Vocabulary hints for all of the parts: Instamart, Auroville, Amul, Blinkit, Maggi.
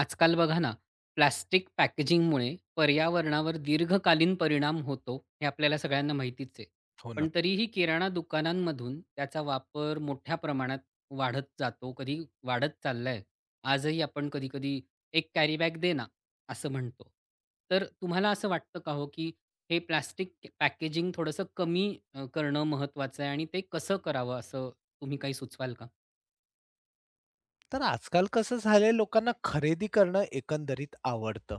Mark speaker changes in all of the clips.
Speaker 1: आजकाल बघा ना, प्लास्टिक पॅकेजिंगमुळे पर्यावरणावर दीर्घकालीन परिणाम होतो, हे आपल्याला सगळ्यांना माहितीच आहे.
Speaker 2: हो ना.
Speaker 1: पण तरीही किराणा दुकानांमधून त्याचा वापर मोठ्या प्रमाणात वाढत जातो, कधी वाढत चाललाय. आजही आपण कधी-कधी "एक कॅरी बॅग दे ना," असं म्हणतो. तर तुम्हाला असं वाटतं का हो, की हे प्लास्टिक पॅकेजिंग थोडंसं कमी करणं महत्त्वाचं आहे आणि ते कसं करावं, असं तुम्ही काही सुचवाल का?
Speaker 2: तर आजकाल कसं झालंय लोकांना खरेदी करणं एकंदरीत आवडतं.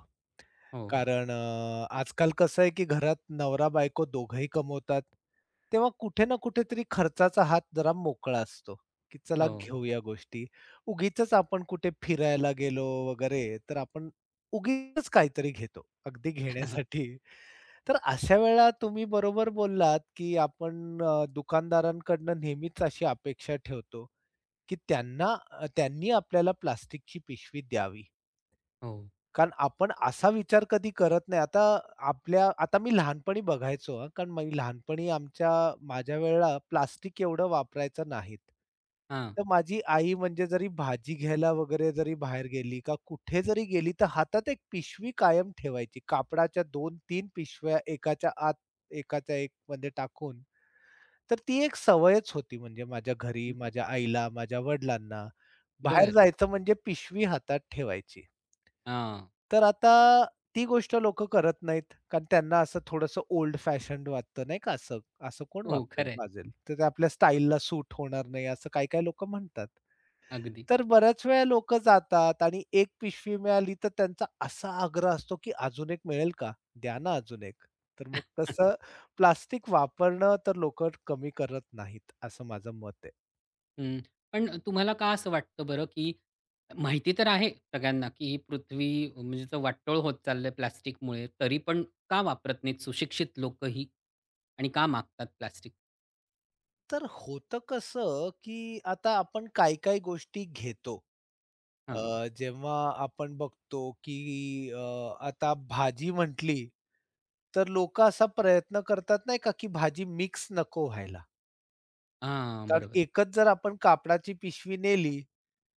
Speaker 1: हो,
Speaker 2: कारण आजकाल कसं आहे की घरात नवरा-बायको दोघंही कमवतात. तेव्हा कुठे ना कुठेतरी खर्चाचा हात जरा मोकळा असतो, की चला
Speaker 1: हो.
Speaker 2: घेऊया गोष्टी. उगीचच आपण कुठे फिरायला गेलो वगैरे तर आपण उगीचच काहीतरी घेतो, अगदी घेण्यासाठी. तर अशा वेळेला तुम्ही बरोबर बोललात, की आपण दुकानदारांकडनं नेहमीच अशी अपेक्षा ठेवतो, की त्यांनी आपल्याला प्लास्टिकची पिशवी द्यावी.
Speaker 1: हो.
Speaker 2: कारण आपण असा विचार कधी करत नाही. आता आपल्या आता मी लहानपणी बघायचो हां, कारण मी लहानपणी माझ्या वेळेला प्लास्टिक एवढं वापरायचं नाहीत.
Speaker 1: हां.
Speaker 2: तर माझी आई म्हणजे जरी भाजी घ्यायला वगैरे जरी बाहेर गेली का कुठे जरी गेली, तर हातात एक पिशवी कायम ठेवायची. कापडाच्या 2-3 पिशव्या एकाच्या आत, एकाच्या एक मध्ये टाकून तर ती एक सवयच होती म्हणजे माझ्या घरी, माझ्या आईला, माझ्या वडिलांना. बाहेर
Speaker 1: बरं.
Speaker 2: जायचं म्हणजे पिशवी हातात ठेवायची.
Speaker 1: हां.
Speaker 2: तर आता ती गोष्ट लोक करत नाहीत. कारण त्यांना असं थोडंसं ओल्ड फॅशन्ड वाटतं नाही का असं, कोण
Speaker 1: हो,
Speaker 2: वापरेल,
Speaker 1: खरं
Speaker 2: वाजेल. तर ते आपल्या स्टाईलला सूट होणार नाही असं काही काही लोकं म्हणतात.
Speaker 1: अगदी.
Speaker 2: तर बऱ्याच वेळा लोकं जातात आणि एक पिशवी मिळाली, तर त्यांचा असा आग्रह असतो, की "अजून एक मिळेल का? द्या ना अजून एक." तर मग तसं प्लास्टिक वापरणं तर लोकं कमी करत नाहीत, असं माझं मत आहे.
Speaker 1: हं. पण तुम्हाला का असं वाटतं बरं, की माहिती तर आहे सगळ्यांना, की ही पृथ्वी म्हणजे असं वाटोळ होत चाललंय प्लास्टिकमुळे, तरी पण का वापरत नाहीत सुशिक्षित लोकही? आणि का मागतात प्लास्टिक?
Speaker 2: तर होतं कसं, की आता आपण काही-काही गोष्टी घेतो.
Speaker 1: हां.
Speaker 2: जेव्हा आपण बघतो, की अ, आता भाजी म्हटली, तर लोकं असा प्रयत्न करतात नाही का, की भाजी मिक्स नको व्हायला.
Speaker 1: हां,
Speaker 2: कारण
Speaker 1: बरोबर.
Speaker 2: एकच जर आपण कापडाची पिशवी नेली,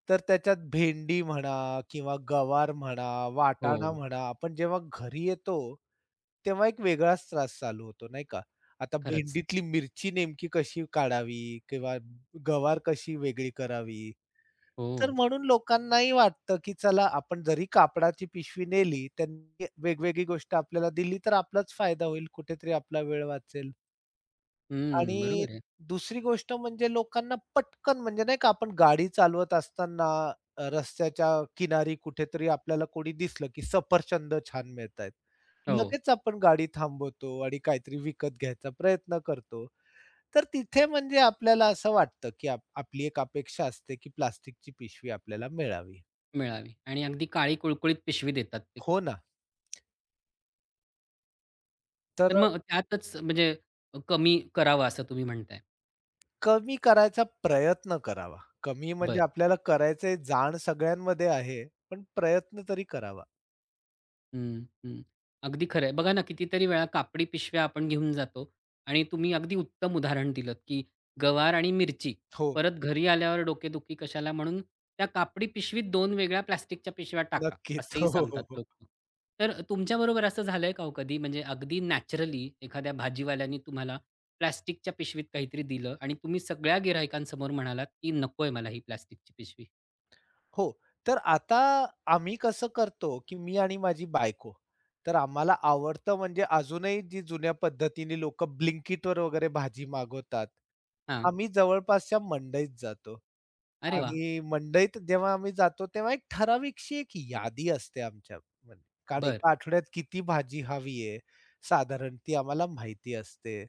Speaker 2: तर त्याच्यात भेंडी म्हणा किंवा गवार म्हणा,
Speaker 1: हो,
Speaker 2: वाटाणा हो. म्हणा, आपण जेव्हा घरी येतो, तेव्हा एक वेगळाच त्रास चालू होतो, नाही का? आता
Speaker 1: खरंच.
Speaker 2: भेंडीतली मिरची नेमकी कशी काढावी किंवा गवार कशी वेगळी करावी? तर
Speaker 1: हो.
Speaker 2: म्हणून लोकांनाही वाटतं, की चला आपण जरी कापडाची पिशवी नेली, त्यांनी वेगवेगळी गोष्ट आपल्याला दिली, तर आपलाच फायदा होईल, कुठेतरी आपला वेळ वाचेल.
Speaker 1: हं,
Speaker 2: आणि
Speaker 1: बरोबर आहे.
Speaker 2: दुसरी गोष्ट म्हणजे लोकांना पटकन म्हणजे नाही का आपण गाडी चालवत असताना रस्त्याच्या किनारी कुठेतरी आपल्याला कोणी दिसलं, की सफरचंद छान मिळतायत.
Speaker 1: हो,
Speaker 2: लगेच आपण गाडी थांबवतो आणि काहीतरी विकत घ्यायचा प्रयत्न करतो. तर तिथे म्हणजे आपल्याला असं वाटतं, की आपली एक अपेक्षा असते, की प्लास्टिकची पिशवी आपल्याला मिळावी.
Speaker 1: मिळावी आणि अगदी काळी कुळकुळीत पिशवी देतात ते.
Speaker 2: हो ना. तर
Speaker 1: तर मग त्यातच म्हणजे कमी करावं असं तुम्ही म्हणताय.
Speaker 2: कमी करायचा प्रयत्न करावा. कमी म्हणजे
Speaker 1: बरं.
Speaker 2: आपल्याला करायचे जाण सगळ्यांमध्ये आहे, पण प्रयत्न तरी करावा.
Speaker 1: हं, हं. अगदी खरं आहे. बघा ना, कितीतरी वेळा कापडी पिशव्या आपण घेऊन जातो आणि तुम्ही अगदी उत्तम उदाहरण दिलंत, की गवार आणि मिरची
Speaker 2: हो.
Speaker 1: परत घरी आल्यावर डोकेदुखी कशाला म्हणून त्या कापडी पिशवीत दोन वेगळ्या प्लास्टिकच्या पिशव्या टाका,
Speaker 2: नक्कीच.
Speaker 1: असंही
Speaker 2: हो, हो, हो,
Speaker 1: सांगतात
Speaker 2: हो.
Speaker 1: लोकं. तर तुमच्याबरोबर असं झालंय का हो कधी? म्हणजे अगदी नॅचरली एखाद्या भाजीवाल्यानी तुम्हाला प्लास्टिकच्या पिशवीत काहीतरी दिलं आणि तुम्ही सगळ्या गिराहिकांसमोर म्हणालात, की "नकोय मला ही प्लास्टिकची पिशवी."
Speaker 2: हो, तर आता आम्ही कसं करतो, की मी आणि माझी बायको, तर आम्हाला आवडतं म्हणजे अजूनही जी जुन्या पद्धतीने लोकं Blinkitवर वगैरे भाजी मागवतात,
Speaker 1: हां.
Speaker 2: आम्ही जवळपासच्या मंडईत जातो.
Speaker 1: अरे वाह!
Speaker 2: आणि मंडईत जेव्हा आम्ही जातो, तेव्हा एक ठराविकशी एक यादी असते आमच्या म्हणजे. कारण
Speaker 1: बरं.
Speaker 2: एका आठवड्यात किती भाजी हवी आहे, साधारण ती आम्हाला माहिती असते.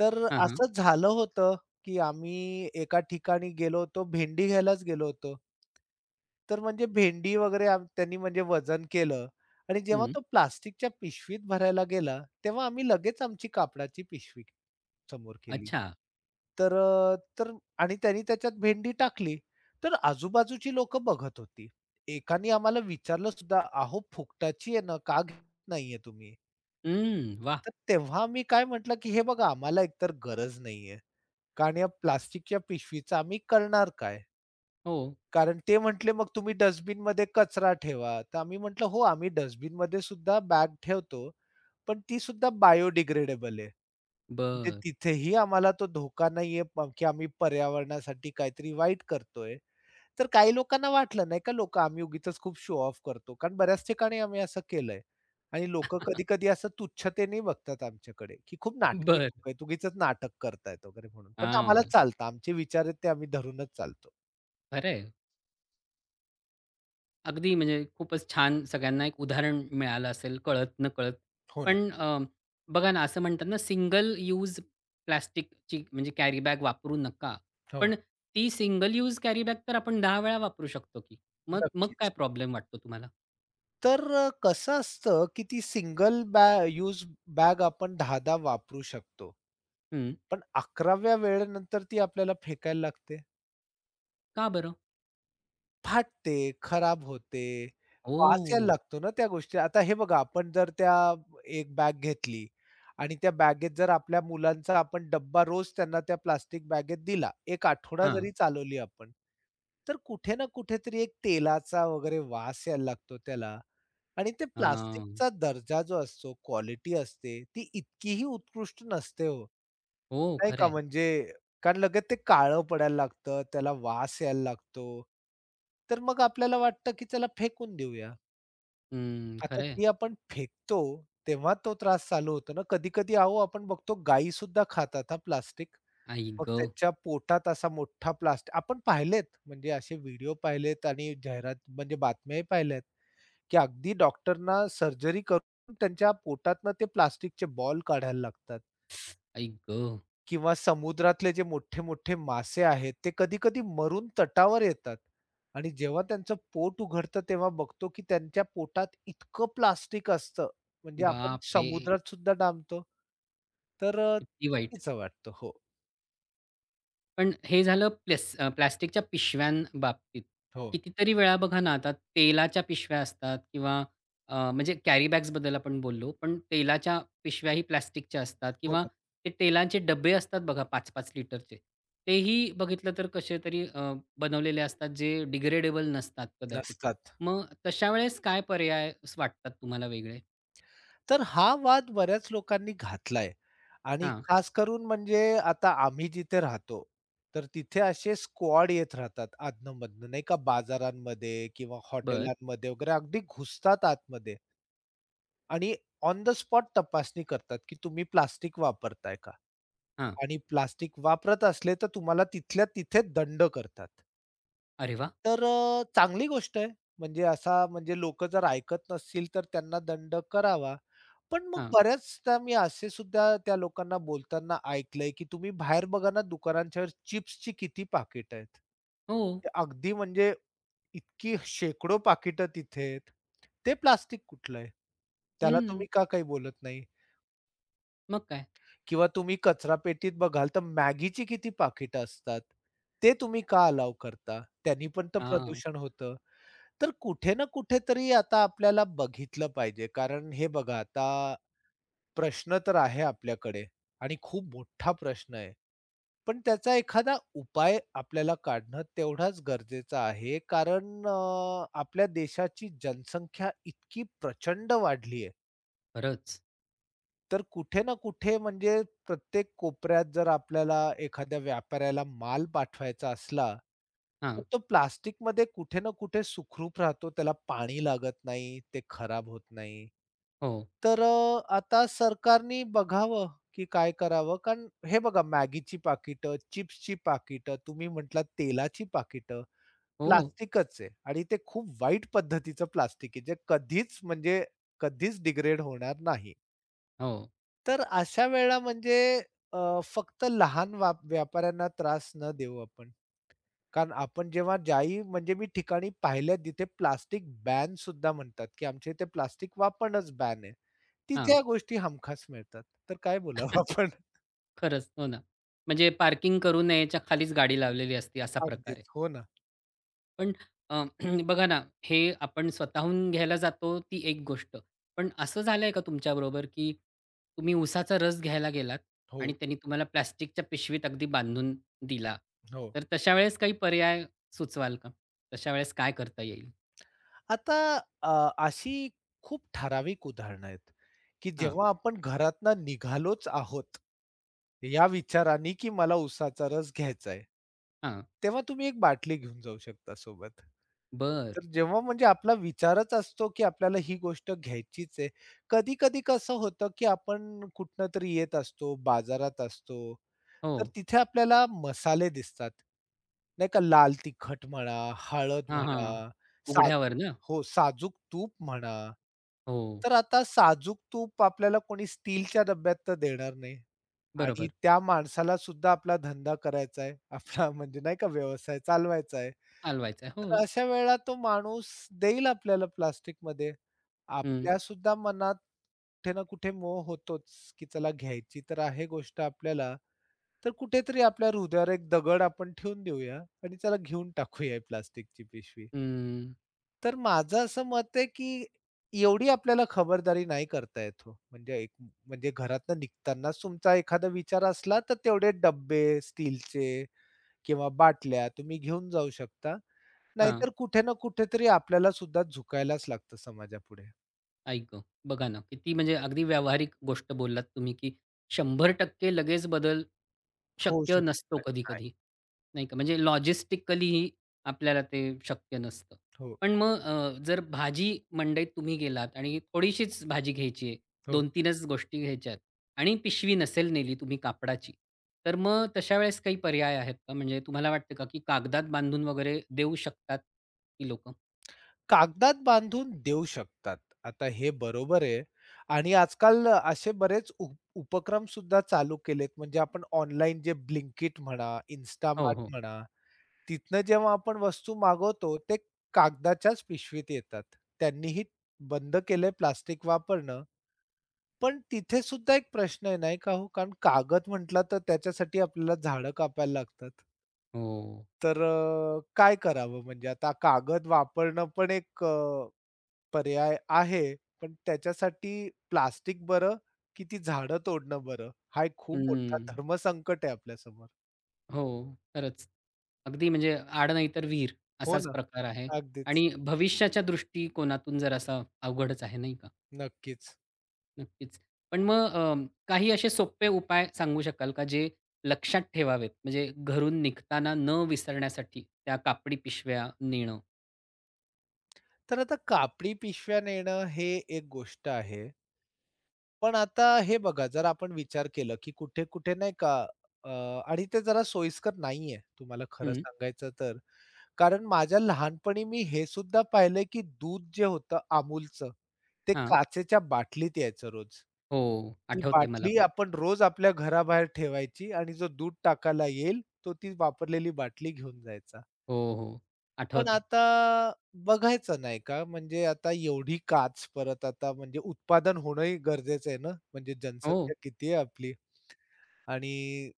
Speaker 2: तर
Speaker 1: हां, हां.
Speaker 2: असंच झालं होतं, की आम्ही एका ठिकाणी गेलो होतो, भेंडी घ्यायलाच गेलो होतो. तर म्हणजे भेंडी वगैरे त्यांनी म्हणजे वजन केलं आणि जेव्हा
Speaker 1: हं.
Speaker 2: तो प्लास्टिकच्या पिशवीत भरायला गेला, तेव्हा आम्ही लगेच आमची कापडाची पिशवी समोर केली.
Speaker 1: अच्छा.
Speaker 2: तर अ, तर आणि त्यांनी त्याच्यात भेंडी टाकली, तर आजूबाजूची लोकं बघत होती. एकानी आम्हाला विचारलं सुद्धा, "अहो फुकटाची आहे ना, का घेत नाहीये तुम्ही?"
Speaker 1: हं. वाह!
Speaker 2: तर तेव्हा मी काय म्हटलं, की "हे बघा आम्हाला एकतर गरज नाहीये, कारण या प्लास्टिकच्या पिशवीचा आम्ही करणार काय?"
Speaker 1: हो.
Speaker 2: कारण ते म्हटले, "मग तुम्ही डस्टबिनमध्ये कचरा ठेवा." तर आम्ही म्हटलं, "हो, आम्ही डस्टबिनमध्ये सुद्धा बॅग ठेवतो." पण ती सुद्धा बायोडिग्रेडेबल आहे. म्हणजे
Speaker 1: बरं.
Speaker 2: तिथेही आम्हाला तो धोका नाहीये की आम्ही पर्यावरणासाठी काहीतरी वाईट करतोय. तर काही लोकांना वाटलं नाही का लोकं आम्ही उगीचच खूप शो ऑफ करतो. कारण बऱ्याच ठिकाणी आम्ही असं केलंय आणि लोकं कधी-कधी असं तुच्छतेने बघतात आमच्याकडे, की खूप नाटकी
Speaker 1: बरं.
Speaker 2: लोकं आहेत, उगीचच नाटक करतायत वगैरे म्हणून. पण आम्हाला
Speaker 1: हां.
Speaker 2: चालतं. आमचे विचार आहेत ते आम्ही धरूनच चालतो.
Speaker 1: खरं अगदी म्हणजे खूपच छान सगळ्यांना एक उदाहरण मिळालं असेल कळत-नकळत.
Speaker 2: हो ना.
Speaker 1: पण बघा ना, असं म्हणतात ना, सिंगल यूज प्लास्टिकची म्हणजे कॅरी बॅग वापरू नका.
Speaker 2: हो,
Speaker 1: पण ती सिंगल यूज कॅरी बॅग तर आपण 10 वेळा वापरू शकतो की. मग मग काय
Speaker 2: नक्कीच.
Speaker 1: प्रॉब्लेम वाटतो तुम्हाला?
Speaker 2: तर कसं असतं, की ती सिंगल यूज बॅग आपण 10-10 वापरू शकतो.
Speaker 1: हं.
Speaker 2: पण 11व्या वेळेनंतर ती आपल्याला फेकायला लागते.
Speaker 1: का बरं?
Speaker 2: फाटते, खराब होते, वास यायला
Speaker 1: ओह!
Speaker 2: लागतो ना त्या गोष्टी. आता हे बघा आपण जर त्या एक बॅग घेतली आणि त्या बॅगेत जर आपल्या मुलांचा आपण डब्बा रोज त्यांना त्या प्लास्टिक बॅगेत दिला, 1 आठवडा जरी
Speaker 1: हां.
Speaker 2: चालवली आपण, तर कुठे ना कुठेतरी एक तेलाचा वगैरे वास यायला लागतो त्याला आणि ते
Speaker 1: हां.
Speaker 2: प्लास्टिकचा दर्जा जो असतो, क्वालिटी असते, ती इतकीही उत्कृष्ट नसते हो.
Speaker 1: हो,
Speaker 2: नाही का
Speaker 1: खरं
Speaker 2: म्हणजे कारण लगेच ते काळं पडायला लागतं, त्याला वास यायला लागतो. तर मग आपल्याला वाटतं, की चला फेकून देऊया.
Speaker 1: हं.
Speaker 2: आता
Speaker 1: खरं
Speaker 2: ती आपण फेकतो, तेव्हा तो त्रास चालू होतो ना. कधी-कधी अहो आपण बघतो गायी सुद्धा खातात हां प्लास्टिक.
Speaker 1: आई
Speaker 2: मग
Speaker 1: गं!
Speaker 2: त्यांच्या पोटात असा मोठा प्लास्टिक आपण पाहिलेत म्हणजे असे व्हिडिओ पाहिलेत आणि जाहिरात म्हणजे बातम्याही पाहिल्यात, की अगदी डॉक्टरना सर्जरी करून त्यांच्या पोटातनं ते प्लास्टिकचे बॉल काढायला लागतात.
Speaker 1: आई गं!
Speaker 2: किंवा समुद्रातले जे मोठे-मोठे मासे आहेत, ते कधी-कधी मरून तटावर येतात आणि जेव्हा त्यांचं पोट उघडतं, तेव्हा बघतो की त्यांच्या पोटात इतकं प्लास्टिक असतं, म्हणजे हं. आपण
Speaker 1: बापरे!
Speaker 2: समुद्रात सुद्धा डांबतो. तर
Speaker 1: किती वाईट.
Speaker 2: चुकीचं वाटतं. हो,
Speaker 1: पण हे झालं प्लेस प्लास्टिकच्या पिशव्यांबाबतीत.
Speaker 2: हो,
Speaker 1: कितीतरी वेळा बघा ना, आता तेलाच्या पिशव्या असतात किंवा म्हणजे कॅरी बॅग्सबद्दल आपण बोललो, पण तेलाच्या पिशव्याही प्लास्टिकच्या असतात
Speaker 2: हो
Speaker 1: किंवा
Speaker 2: ना.
Speaker 1: ते तेलाचे डब्बे असतात बघा 5-5 लिटरचे. तेही बघितलं तर कसे तरी बनवलेले असतात जे डिग्रेडेबल नसतात कदाचित.
Speaker 2: नसतात.
Speaker 1: मग तशा वेळेस काय पर्याय वाटतात तुम्हाला वेगळे?
Speaker 2: तर हा वाद बऱ्याच लोकांनी घातलाय आणि
Speaker 1: हां.
Speaker 2: खास करून म्हणजे आता आम्ही जिथे राहतो, तर तिथे असे स्क्वॉड येत राहतात अधनं-मधनं नाही का बाजारांमध्ये किंवा
Speaker 1: बरं.
Speaker 2: हॉटेलांमध्ये वगैरे अगदी घुसतात आतमध्ये आणि ऑन द स्पॉट तपासणी करतात, की तुम्ही प्लास्टिक वापरताय का?
Speaker 1: हां.
Speaker 2: आणि प्लास्टिक वापरत असले तर तुम्हाला तिथल्या तिथे दंड करतात.
Speaker 1: अरे वाह!
Speaker 2: तर चांगली गोष्ट आहे. म्हणजे असा म्हणजे लोकं जर ऐकत नसतील तर त्यांना दंड करावा. पण मग
Speaker 1: हां.
Speaker 2: बऱ्याचदा मी असे सुद्धा त्या लोकांना बोलताना ऐकलंय, की तुम्ही बाहेर बघा ना दुकानांच्या वर चिप्सची किती पाकिटं आहेत.
Speaker 1: हो.
Speaker 2: ते अगदी म्हणजे इतकी शेकडो पाकिटं तिथे आहेत. ते प्लास्टिक कुठलं आहे? त्याला
Speaker 1: हं.
Speaker 2: तुम्ही का काही बोलत नाही?
Speaker 1: मग काय?
Speaker 2: किंवा तुम्ही कचरा पेटीत बघाल तर Maggiची किती पाकिटं असतात. ते तुम्ही का अलाऊ करता? त्यांनी पण तर
Speaker 1: हां.
Speaker 2: प्रदूषण होतं. तर कुठे ना कुठेतरी आता आपल्याला बघितलं पाहिजे. कारण हे बघा आता प्रश्न तर आहे आपल्याकडे आणि खूप मोठा प्रश्न आहे. पण त्याचा एखादा उपाय आपल्याला काढणं तेवढाच गरजेचं आहे. कारण आपल्या देशाची जनसंख्या इतकी प्रचंड वाढली आहे.
Speaker 1: खरंच.
Speaker 2: तर कुठे ना कुठे म्हणजे प्रत्येक कोपऱ्यात जर आपल्याला एखाद्या व्यापाऱ्याला माल पाठवायचा असला, तर
Speaker 1: हां.
Speaker 2: तो प्लास्टिकमध्ये कुठे ना कुठे सुखरूप राहतो. त्याला पाणी लागत नाही, ते खराब होत नाही.
Speaker 1: हो.
Speaker 2: तर आता सरकारनी बघावं, की काय करावं? कारण हे बघा Maggiची पाकिटं, चिप्सची पाकिटं, तुम्ही म्हटलात तेलाची पाकिटं,
Speaker 1: हो?
Speaker 2: प्लास्टिकच आहे आणि ते खूप वाईट पद्धतीचं प्लास्टिक आहे, जे कधीच म्हणजे कधीच डिग्रेड होणार नाही.
Speaker 1: हो.
Speaker 2: तर अशा वेळेला म्हणजे अ, फक्त लहान व्यापाऱ्यांना त्रास न देऊ आपण. कारण आपण जेव्हा ज्याही म्हणजे मी ठिकाणी पाहिल्या जिथे प्लास्टिक बॅन सुद्धा म्हणतात, की आमच्या इथे प्लास्टिक वापरणंच बॅन आहे. तिथे
Speaker 1: हां.
Speaker 2: या गोष्टी हमखास मिळतात. तर काय बोलावं आपण?
Speaker 1: खरंच. हो ना. म्हणजे पार्किंग करू नयेच्या खालीच गाडी लावलेली असते असा प्रकार आहे.
Speaker 2: अगदीच. हो ना.
Speaker 1: पण अ, बघा ना, हे आपण स्वतःहून घ्यायला जातो ती एक गोष्ट. पण असं झालंय का तुमच्याबरोबर, की तुम्ही उसाचा रस घ्यायला गेलात
Speaker 2: हो,
Speaker 1: आणि त्यांनी तुम्हाला प्लास्टिकच्या पिशवीत अगदी बांधून दिला.
Speaker 2: हो.
Speaker 1: तर तशा वेळेस काही पर्याय सुचवाल का? तशा वेळेस काय करता येईल?
Speaker 2: आता अ, अशी खूप ठराविक उदाहरणं आहेत, की
Speaker 1: हां,
Speaker 2: जेव्हा आपण घरातनं निघालोच आहोत, या विचाराने की मला उसाचा रस घ्यायचा आहे.
Speaker 1: हां.
Speaker 2: तेव्हा तुम्ही एक बाटली घेऊन जाऊ शकता सोबत.
Speaker 1: बरं.
Speaker 2: तर जेव्हा म्हणजे आपला विचारच असतो, की आपल्याला ही गोष्ट घ्यायचीच आहे. कधी-कधी कसं होतं, की आपण कुठूनतरी येत असतो, बाजारात असतो
Speaker 1: हो.
Speaker 2: तर तिथे आपल्याला मसाले दिसतात. नाही का लाल तिखट म्हणा, हळद
Speaker 1: हां, हां.
Speaker 2: म्हणा, साजूक
Speaker 1: उघड्यावर ना?
Speaker 2: हो, साजूक तूप म्हणा.
Speaker 1: हो.
Speaker 2: तर आता साजूक तूप आपल्याला कोणी स्टीलच्या डब्यात तर देणार नाही आणि
Speaker 1: बरोबर.
Speaker 2: त्या माणसाला सुद्धा आपला धंदा करायचा आहे. आपला म्हणजे नाही का व्यवसाय चालवायचा आहे.
Speaker 1: हलवायचंय.
Speaker 2: तर
Speaker 1: हो.
Speaker 2: अशा वेळेला तो माणूस देईल आपल्याला प्लास्टिकमध्ये.
Speaker 1: हं,
Speaker 2: आपल्या सुद्धा मनात कुठे ना कुठे मोह होतोच, की चला घ्यायची तर आहे गोष्ट आपल्याला, तर कुठेतरी आपल्या हृदयावर एक दगड आपण ठेवून देऊया आणि त्याला घेऊन टाकूया ही प्लास्टिकची पिशवी.
Speaker 1: हं.
Speaker 2: तर माझं असं मत आहे, की एवढी आपल्याला खबरदारी नाही करता येत हो. म्हणजे एक म्हणजे घरातनं निघतानाच तुमचा एखादा विचार असला, तर तेवढे डब्बे स्टीलचे किंवा बाटल्या तुम्ही घेऊन जाऊ शकता.
Speaker 1: हां,
Speaker 2: नाहीतर कुठे ना कुठेतरी आपल्याला सुद्धा झुकायलाच लागतं समाजापुढे.
Speaker 1: आई गं! बघा ना, किती म्हणजे अगदी व्यावहारिक गोष्ट बोललात तुम्ही, की 100% लगेच बदल
Speaker 2: होऊ
Speaker 1: शक्य
Speaker 2: शकत
Speaker 1: नसतो
Speaker 2: नाही. नाही.
Speaker 1: कधी-कधी, नाही का? म्हणजे लॉजिस्टिकलीही आपल्याला ते शक्य नसतं.
Speaker 2: हो,
Speaker 1: पण मग जर भाजी मंडईत तुम्ही गेलात आणि थोडीशीच भाजी घ्यायची आहे,
Speaker 2: हो.
Speaker 1: 2-3च गोष्टी घ्यायच्या आहेत आणि पिशवी नसेल नेली तुम्ही कापडाची, तर मग तशा वेळेस काही पर्याय आहेत का? म्हणजे तुम्हाला वाटतं का, की कागदात बांधून वगैरे देऊ शकतात ती लोकं?
Speaker 2: कागदात बांधून देऊ शकतात. आता हे बरोबर आहे आणि आजकाल असे बरेच उपक्रम सुद्धा चालू केलेत. म्हणजे आपण ऑनलाईन जे ब्लिंकिट म्हणा,
Speaker 1: हो,
Speaker 2: Instamart
Speaker 1: हो.
Speaker 2: म्हणा, तिथनं जेव्हा आपण वस्तू मागवतो ते कागदाच्याच पिशवीत येतात. त्यांनीही बंद केलंय प्लास्टिक वापरणं. पण तिथे सुद्धा एक प्रश्न आहे नाही का हो, कारण कागद म्हटला तर त्याच्यासाठी आपल्याला झाडं कापायला लागतात.
Speaker 1: हो.
Speaker 2: तर काय करावं म्हणजे आता कागद वापरणं पण एक पर्याय आहे, पण त्याच्यासाठी प्लास्टिक बरं, की ती झाडं तोडणं बरं? हा एक खूप मोठा
Speaker 1: हं.
Speaker 2: धर्मसंकट आहे आपल्यासमोर.
Speaker 1: हो, खरंच. अगदी म्हणजे आड नाहीतर विहीर
Speaker 2: हो
Speaker 1: असाच
Speaker 2: ना.
Speaker 1: प्रकार आहे
Speaker 2: अगदीच.
Speaker 1: आणि भविष्याच्या दृष्टिकोनातून जर असा अवघडच आहे, नाही का?
Speaker 2: नक्कीच.
Speaker 1: नक्कीच. पण मग काही असे सोपे उपाय सांगू शकाल का जे लक्षात ठेवावेत? म्हणजे घरून निघताना न विसरण्यासाठी त्या कापडी पिशव्या नेणं.
Speaker 2: तर आता कापडी पिशव्या नेणं हे एक गोष्ट आहे. पण आता हे बघा, जर आपण विचार केलं, की कुठे-कुठे नाही का अ, आणि ते जरा सोयीस्कर नाहीये, तुम्हाला खरं
Speaker 1: हं.
Speaker 2: सांगायचं तर. कारण माझ्या लहानपणी मी हे सुद्धा पाहिलंय, की दूध जे होतं Amulचं, ते
Speaker 1: हां.
Speaker 2: काचेच्या बाटलीत यायचं रोज.
Speaker 1: हो,
Speaker 2: ती
Speaker 1: आठवतंय मला
Speaker 2: बाटली
Speaker 1: पण.
Speaker 2: आपण रोज आपल्या घराबाहेर ठेवायची आणि जो दूध टाकायला येईल, तो ती वापरलेली बाटली घेऊन जायचा.
Speaker 1: हो, हो.
Speaker 2: पण
Speaker 1: आठवतंय.
Speaker 2: आता बघायचं नाही का, म्हणजे आता एवढी काच परत आता म्हणजे उत्पादन होणंही गरजेचं आहे ना, म्हणजे
Speaker 1: हो.
Speaker 2: जनसंख्या किती आहे आपली आणि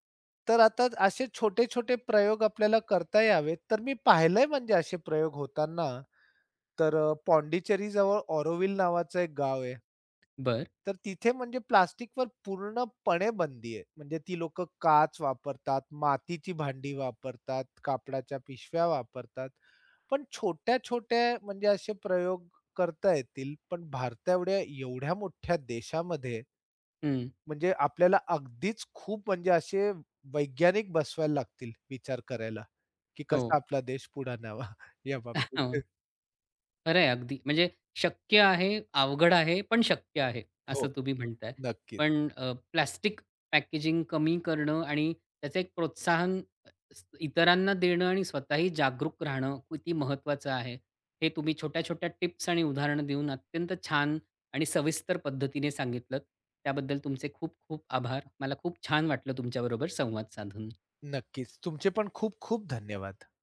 Speaker 2: तर आता असे छोटे-छोटे प्रयोग आपल्याला करता यावेत. तर मी पाहिलंय म्हणजे असे प्रयोग होताना तर पॉंडिचेरीजवळ ऑरोविल नावाचं एक गाव आहे.
Speaker 1: बरं.
Speaker 2: तर तिथे म्हणजे प्लास्टिकवर पूर्णपणे बंदी आहे. म्हणजे ती लोकं काच वापरतात, मातीची भांडी वापरतात, कापडाच्या पिशव्या वापरतात. पण छोट्या-छोट्या म्हणजे असे प्रयोग करता येतील. पण भारता एवढ्या एवढ्या मोठ्या देशामध्ये
Speaker 1: हं.
Speaker 2: म्हणजे आपल्याला अगदीच खूप म्हणजे असे वैज्ञानिक बसवायला लागतील विचार करायला, की
Speaker 1: हो.
Speaker 2: कसा आपला देश पुढे न्यावा या बाबतीत.
Speaker 1: खरं आहे अगदी. म्हणजे शक्य आहे, अवघड आहे, पण शक्य आहे,
Speaker 2: हो,
Speaker 1: असं तुम्ही म्हणताय.
Speaker 2: नक्कीच.
Speaker 1: पण प्लास्टिक पॅकेजिंग कमी करणं आणि त्याचं एक प्रोत्साहन अ, इतरांना देणं आणि स्वतःही जागरूक राहणं किती महत्त्वाचं आहे, हे तुम्ही छोट्या-छोट्या टिप्स आणि उदाहरणं देऊन अत्यंत छान आणि सविस्तर पद्धतीने सांगितलंत. त्याबद्दल तुमचे खूप खूप आभार. मला खूप छान वाटलं तुमच्याबरोबर संवाद साधून.
Speaker 2: नक्कीच. तुमचे पण खूप खूप धन्यवाद.